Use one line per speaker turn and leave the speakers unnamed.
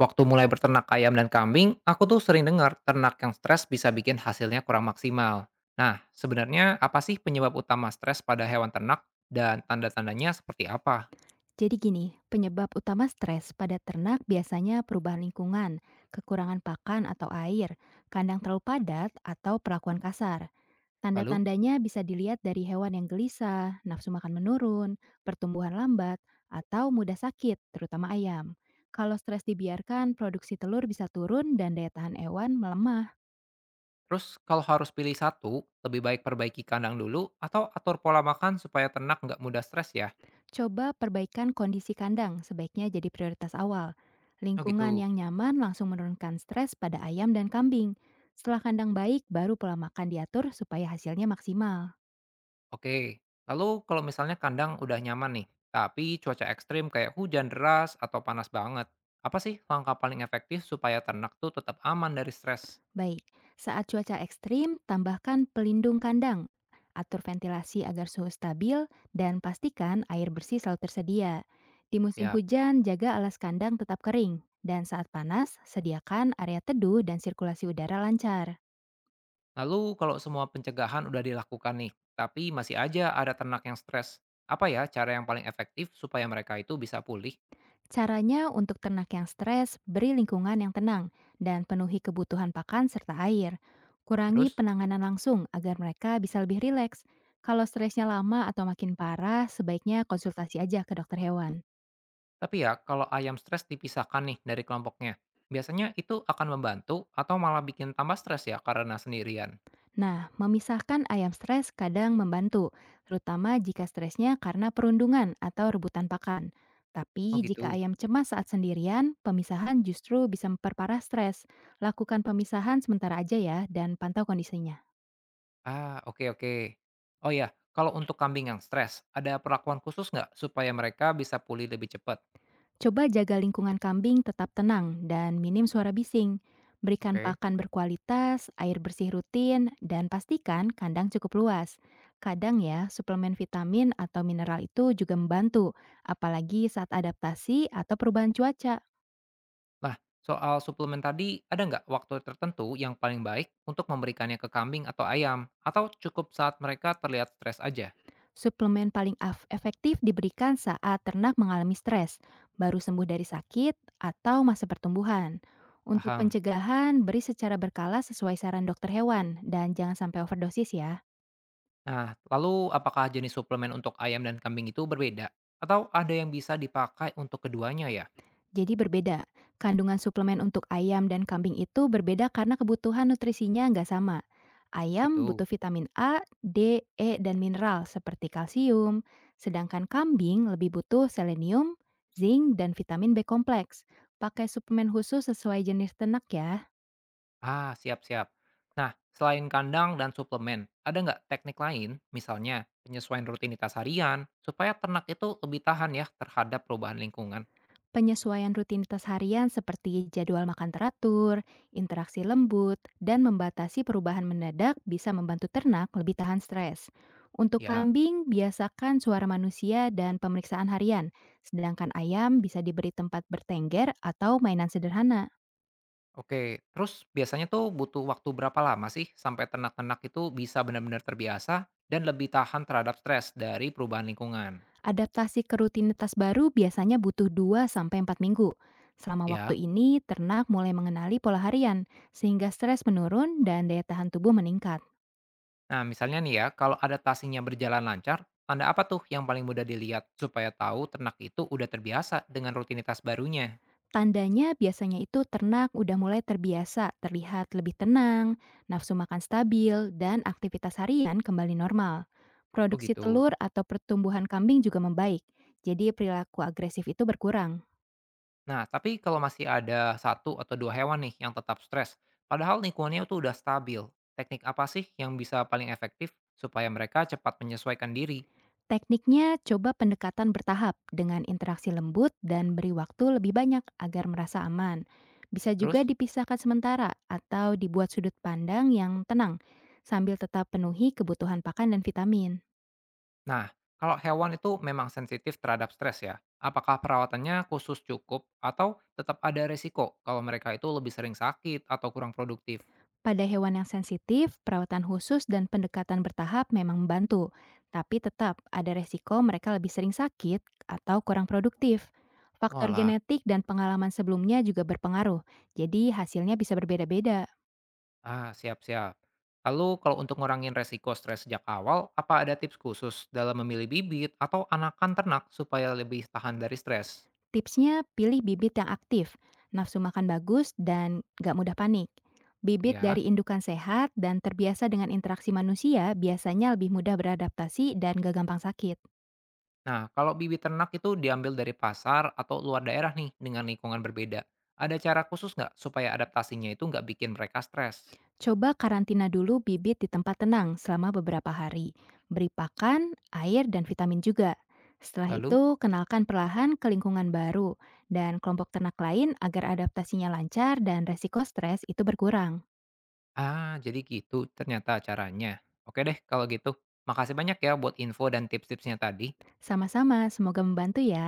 Waktu mulai berternak ayam dan kambing, aku tuh sering dengar ternak yang stres bisa bikin hasilnya kurang maksimal. Nah, sebenarnya apa sih penyebab utama stres pada hewan ternak dan tanda-tandanya seperti apa?
Jadi gini, penyebab utama stres pada ternak biasanya perubahan lingkungan, kekurangan pakan atau air, kandang terlalu padat, atau perlakuan kasar.
Lalu,
Tanda-tandanya bisa dilihat dari hewan yang gelisah, nafsu makan menurun, pertumbuhan lambat, atau mudah sakit, terutama ayam. Kalau stres dibiarkan, produksi telur bisa turun dan daya tahan hewan melemah.
terus kalau harus pilih satu, lebih baik perbaiki kandang dulu atau atur pola makan supaya ternak nggak mudah stres ya?
Coba perbaikan kondisi kandang, sebaiknya jadi prioritas awal.
Oh
Lingkungan
gitu.
yang nyaman langsung menurunkan stres pada ayam dan kambing. Setelah kandang baik, baru pola makan diatur supaya hasilnya maksimal.
Oke. Lalu kalau misalnya kandang udah nyaman nih, tapi cuaca ekstrim kayak hujan deras atau panas banget, apa sih langkah paling efektif supaya ternak tuh tetap aman dari stres?
Baik, saat cuaca ekstrim, tambahkan pelindung kandang. Atur ventilasi agar suhu stabil dan pastikan air bersih selalu tersedia. Di musim
Siap.
hujan, jaga alas kandang tetap kering. Dan saat panas, sediakan area teduh dan sirkulasi udara lancar.
Lalu kalau semua pencegahan udah dilakukan nih, tapi masih aja ada ternak yang stres, apa ya cara yang paling efektif supaya mereka itu bisa pulih?
Caranya untuk ternak yang stres, beri lingkungan yang tenang dan penuhi kebutuhan pakan serta air. Kurangi
Terus,
penanganan langsung agar mereka bisa lebih rileks. Kalau stresnya lama atau makin parah, sebaiknya konsultasi aja ke dokter hewan.
tapi ya kalau ayam stres dipisahkan nih dari kelompoknya, biasanya itu akan membantu atau malah bikin tambah stres ya karena sendirian?
Nah, memisahkan ayam stres kadang membantu, terutama jika stresnya karena perundungan atau rebutan pakan.
Oh
Tapi jika
gitu.
ayam cemas saat sendirian, pemisahan justru bisa memperparah stres. Lakukan pemisahan sementara aja ya dan pantau kondisinya.
Ah, oke oke. Oh ya, kalau untuk kambing yang stres, ada perlakuan khusus nggak supaya mereka bisa pulih lebih cepat?
Coba jaga lingkungan kambing tetap tenang dan minim suara bising. Berikan
Oke.
pakan berkualitas, air bersih rutin, dan pastikan kandang cukup luas. Kadang ya, suplemen vitamin atau mineral itu juga membantu, apalagi saat adaptasi atau perubahan cuaca.
Nah, soal suplemen tadi, ada nggak waktu tertentu yang paling baik untuk memberikannya ke kambing atau ayam? Atau cukup saat mereka terlihat stres aja?
Suplemen paling efektif diberikan saat ternak mengalami stres, baru sembuh dari sakit, atau masa pertumbuhan. Untuk
Paham.
pencegahan, beri secara berkala sesuai saran dokter hewan, dan jangan sampai overdosis ya.
Nah, lalu apakah jenis suplemen untuk ayam dan kambing itu berbeda? Atau ada yang bisa dipakai untuk keduanya ya?
Jadi berbeda. Kandungan suplemen untuk ayam dan kambing itu berbeda karena kebutuhan nutrisinya nggak sama. Ayam
Itu.
butuh vitamin A, D, E, dan mineral seperti kalsium, sedangkan kambing lebih butuh selenium, zinc, dan vitamin B kompleks. Pakai suplemen khusus sesuai jenis ternak ya.
Ah, siap-siap. Nah, selain kandang dan suplemen, ada nggak teknik lain, misalnya penyesuaian rutinitas harian, supaya ternak itu lebih tahan ya terhadap perubahan lingkungan?
Penyesuaian rutinitas harian seperti jadwal makan teratur, interaksi lembut, dan membatasi perubahan mendadak bisa membantu ternak lebih tahan stres. Untuk
Ya.
kambing, biasakan suara manusia dan pemeriksaan harian, sedangkan ayam bisa diberi tempat bertengger atau mainan sederhana.
Oke, terus biasanya tuh butuh waktu berapa lama sih sampai ternak-ternak itu bisa benar-benar terbiasa dan lebih tahan terhadap stres dari perubahan lingkungan?
Adaptasi ke rutinitas baru biasanya butuh 2 sampai 4 minggu. Selama waktu
Ya,
ini, ternak mulai mengenali pola harian, sehingga stres menurun dan daya tahan tubuh meningkat.
nah misalnya nih ya, kalau adaptasinya berjalan lancar, tanda apa tuh yang paling mudah dilihat supaya tahu ternak itu udah terbiasa dengan rutinitas barunya?
Tandanya biasanya itu ternak udah mulai terbiasa, terlihat lebih tenang, nafsu makan stabil, dan aktivitas harian kembali normal.
Oh
Produksi
gitu.
telur atau pertumbuhan kambing juga membaik, jadi perilaku agresif itu berkurang.
Nah, tapi kalau masih ada satu atau dua hewan nih yang tetap stres, padahal lingkungannya tuh udah stabil, teknik apa sih yang bisa paling efektif supaya mereka cepat menyesuaikan diri?
Tekniknya coba pendekatan bertahap dengan interaksi lembut dan beri waktu lebih banyak agar merasa aman. Bisa juga
Terus?
dipisahkan sementara atau dibuat sudut pandang yang tenang sambil tetap penuhi kebutuhan pakan dan vitamin.
Nah, kalau hewan itu memang sensitif terhadap stres ya, apakah perawatannya khusus cukup atau tetap ada resiko kalau mereka itu lebih sering sakit atau kurang produktif?
Pada hewan yang sensitif, perawatan khusus dan pendekatan bertahap memang membantu, tapi tetap ada resiko mereka lebih sering sakit atau kurang produktif. Faktor
Walah,
genetik dan pengalaman sebelumnya juga berpengaruh, jadi hasilnya bisa berbeda-beda.
ah siap-siap. Lalu kalau untuk ngurangin resiko stres sejak awal, apa ada tips khusus dalam memilih bibit atau anakan ternak supaya lebih tahan dari stres?
Tipsnya, pilih bibit yang aktif, nafsu makan bagus, dan gak mudah panik. Bibit
Ya,
dari indukan sehat dan terbiasa dengan interaksi manusia biasanya lebih mudah beradaptasi dan gak gampang sakit.
nah kalau bibit ternak itu diambil dari pasar atau luar daerah nih dengan lingkungan berbeda, ada cara khusus nggak supaya adaptasinya itu nggak bikin mereka stres?
Coba karantina dulu bibit di tempat tenang selama beberapa hari. Beri pakan, air, dan vitamin juga. Setelah
Lalu?
itu, kenalkan perlahan ke lingkungan baru dan kelompok ternak lain agar adaptasinya lancar dan resiko stres itu berkurang.
Ah, jadi gitu ternyata caranya. Oke deh kalau gitu. Makasih banyak ya buat info dan tips-tipsnya tadi.
Sama-sama, semoga membantu ya.